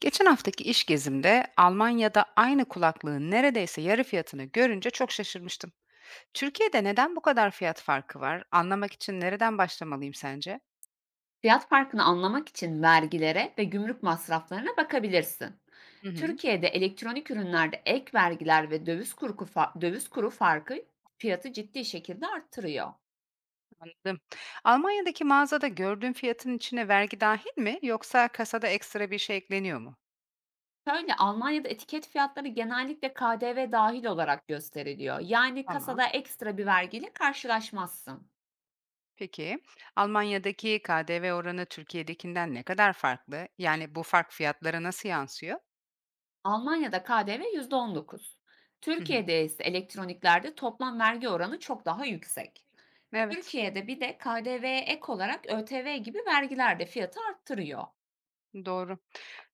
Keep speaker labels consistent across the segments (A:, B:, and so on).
A: Geçen haftaki iş gezimde Almanya'da aynı kulaklığın neredeyse yarı fiyatını görünce çok şaşırmıştım. Türkiye'de neden bu kadar fiyat farkı var? Anlamak için nereden başlamalıyım sence?
B: Fiyat farkını anlamak için vergilere ve gümrük masraflarına bakabilirsin.
A: Hı hı.
B: Türkiye'de elektronik ürünlerde ek vergiler ve döviz kuru, döviz kuru farkı fiyatı ciddi şekilde arttırıyor.
A: Anladım. Almanya'daki mağazada gördüğüm fiyatın içine vergi dahil mi yoksa kasada ekstra bir şey ekleniyor mu?
B: Şöyle, Almanya'da etiket fiyatları genellikle KDV dahil olarak gösteriliyor. Yani
A: Tamam.
B: kasada ekstra bir vergiyle karşılaşmazsın.
A: Peki, Almanya'daki KDV oranı Türkiye'dekinden ne kadar farklı? Yani bu fark fiyatlara nasıl yansıyor?
B: Almanya'da KDV dokuz.
A: Hı hı.
B: Türkiye'de ise elektroniklerde toplam vergi oranı çok daha yüksek.
A: Evet,
B: Türkiye'de bir de KDV'ye ek olarak ÖTV gibi vergiler de fiyatı arttırıyor.
A: doğru.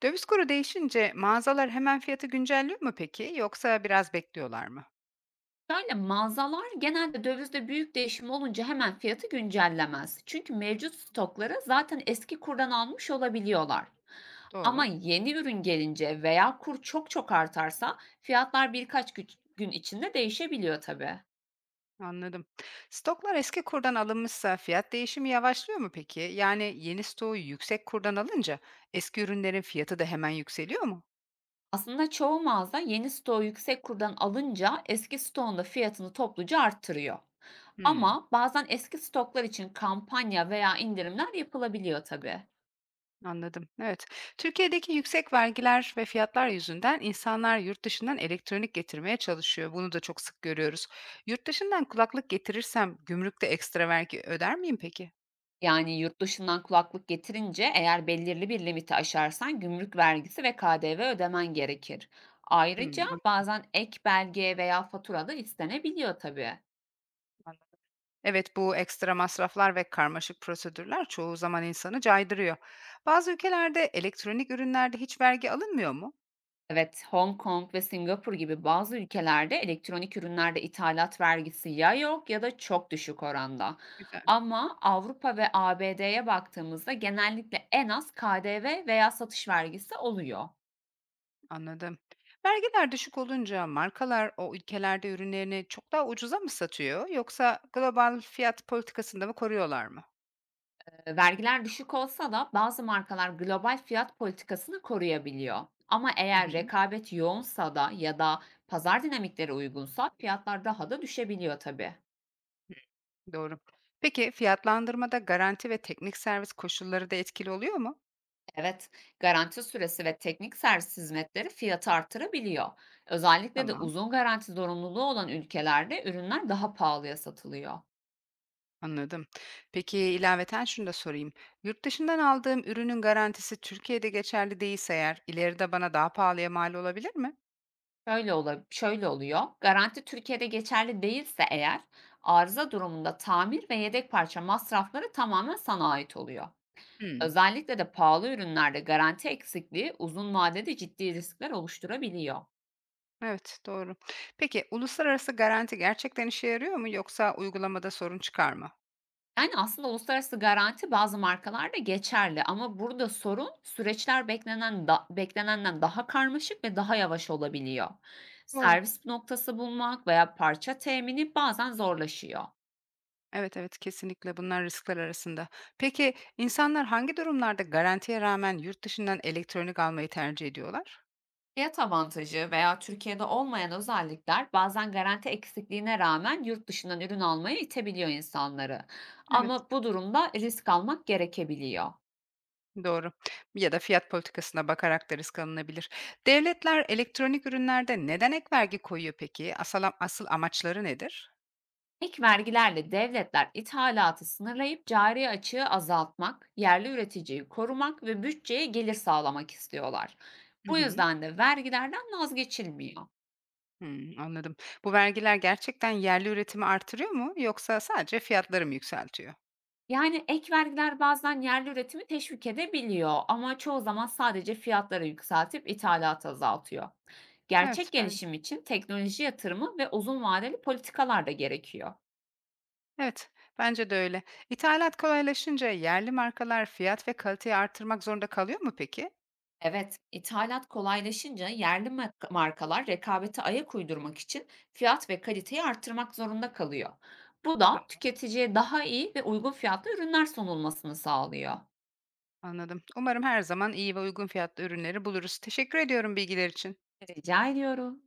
A: Döviz kuru değişince mağazalar hemen fiyatı güncelliyor mu peki, yoksa biraz bekliyorlar mı?
B: Şöyle, mağazalar genelde dövizde büyük değişim olunca hemen fiyatı güncellemez. Çünkü mevcut stokları zaten eski kurdan almış olabiliyorlar. Ama
A: Doğru.
B: yeni ürün gelince veya kur çok çok artarsa fiyatlar birkaç gün içinde değişebiliyor tabii.
A: Anladım. Stoklar eski kurdan alınmışsa fiyat değişimi yavaşlıyor mu peki? Yani yeni stoğu yüksek kurdan alınca eski ürünlerin fiyatı da hemen yükseliyor mu?
B: Aslında çoğu mağaza yeni stoğu yüksek kurdan alınca eski stoğun da fiyatını topluca arttırıyor.
A: Hmm,
B: Ama bazen eski stoklar için kampanya veya indirimler yapılabiliyor tabii.
A: anladım. Evet. Türkiye'deki yüksek vergiler ve fiyatlar yüzünden insanlar yurt dışından elektronik getirmeye çalışıyor. Bunu da çok sık görüyoruz. Yurt dışından kulaklık getirirsem gümrükte ekstra vergi öder miyim peki?
B: Yani yurt dışından kulaklık getirince, eğer belirli bir limiti aşarsan, gümrük vergisi ve KDV ödemen gerekir.
A: Hmm,
B: Ayrıca
A: anladım.
B: bazen ek belge veya fatura da istenebiliyor tabii.
A: Evet, bu ekstra masraflar ve karmaşık prosedürler çoğu zaman insanı caydırıyor. Bazı ülkelerde elektronik ürünlerde hiç vergi alınmıyor mu?
B: Evet, Hong Kong ve Singapur gibi bazı ülkelerde elektronik ürünlerde ithalat vergisi ya yok ya da çok düşük oranda.
A: Güzel,
B: Ama Avrupa ve ABD'ye baktığımızda genellikle en az KDV veya satış vergisi oluyor.
A: anladım. Vergiler düşük olunca markalar o ülkelerde ürünlerini çok daha ucuza mı satıyor, yoksa global fiyat politikasında mı koruyorlar mı?
B: Vergiler düşük olsa da bazı markalar global fiyat politikasını koruyabiliyor. Ama
A: Hı
B: eğer
A: hı,
B: rekabet yoğunsa da ya da pazar dinamikleri uygunsa fiyatlar daha da düşebiliyor tabii.
A: doğru. Peki fiyatlandırmada garanti ve teknik servis koşulları da etkili oluyor mu?
B: Evet, garanti süresi ve teknik servis hizmetleri fiyatı artırabiliyor. Özellikle de
A: Tamam.
B: uzun garanti zorunluluğu olan ülkelerde ürünler daha pahalıya satılıyor.
A: Anladım. Peki, ilaveten şunu da sorayım. Yurt dışından aldığım ürünün garantisi Türkiye'de geçerli değilse eğer, ileride bana daha pahalıya mal olabilir mi?
B: Şöyle oluyor. Garanti Türkiye'de geçerli değilse eğer, arıza durumunda tamir ve yedek parça masrafları tamamen sana ait oluyor.
A: Hmm,
B: Özellikle de pahalı ürünlerde garanti eksikliği uzun vadede ciddi riskler oluşturabiliyor.
A: evet doğru. Peki uluslararası garanti gerçekten işe yarıyor mu, yoksa uygulamada sorun çıkar mı?
B: Yani, aslında uluslararası garanti bazı markalarda geçerli ama burada sorun, süreçler beklenenden daha karmaşık ve daha yavaş olabiliyor.
A: Doğru.
B: Servis noktası bulmak veya parça temini bazen zorlaşıyor.
A: Evet evet, kesinlikle bunlar riskler arasında. Peki insanlar hangi durumlarda garantiye rağmen yurt dışından elektronik almayı tercih ediyorlar?
B: Fiyat avantajı veya Türkiye'de olmayan özellikler bazen garanti eksikliğine rağmen yurt dışından ürün almaya itebiliyor insanları.
A: Evet.
B: Ama bu durumda risk almak gerekebiliyor.
A: Doğru. Ya da fiyat politikasına bakarak da risk alınabilir. Devletler elektronik ürünlerde neden ek vergi koyuyor peki? Asıl amaçları nedir?
B: Ek vergilerle devletler ithalatı sınırlayıp cari açığı azaltmak, yerli üreticiyi korumak ve bütçeye gelir sağlamak istiyorlar.
A: Hı
B: Bu
A: hı.
B: yüzden de vergilerden vazgeçilmiyor.
A: Hmm, anladım. Bu vergiler gerçekten yerli üretimi artırıyor mu, yoksa sadece fiyatları mı yükseltiyor?
B: Yani ek vergiler bazen yerli üretimi teşvik edebiliyor ama çoğu zaman sadece fiyatları yükseltip ithalatı azaltıyor.
A: Evet
B: Gerçek
A: ben
B: gelişim için teknoloji yatırımı ve uzun vadeli politikalar da gerekiyor.
A: evet, bence de öyle. İthalat kolaylaşınca yerli markalar fiyat ve kaliteyi artırmak zorunda kalıyor mu peki?
B: Evet, ithalat kolaylaşınca yerli markalar rekabete ayak uydurmak için fiyat ve kaliteyi arttırmak zorunda kalıyor. Bu
A: Ha,
B: da tüketiciye daha iyi ve uygun fiyatlı ürünler sunulmasını sağlıyor.
A: anladım. Umarım her zaman iyi ve uygun fiyatlı ürünleri buluruz. Teşekkür ediyorum bilgiler için.
B: Rica ediyorum.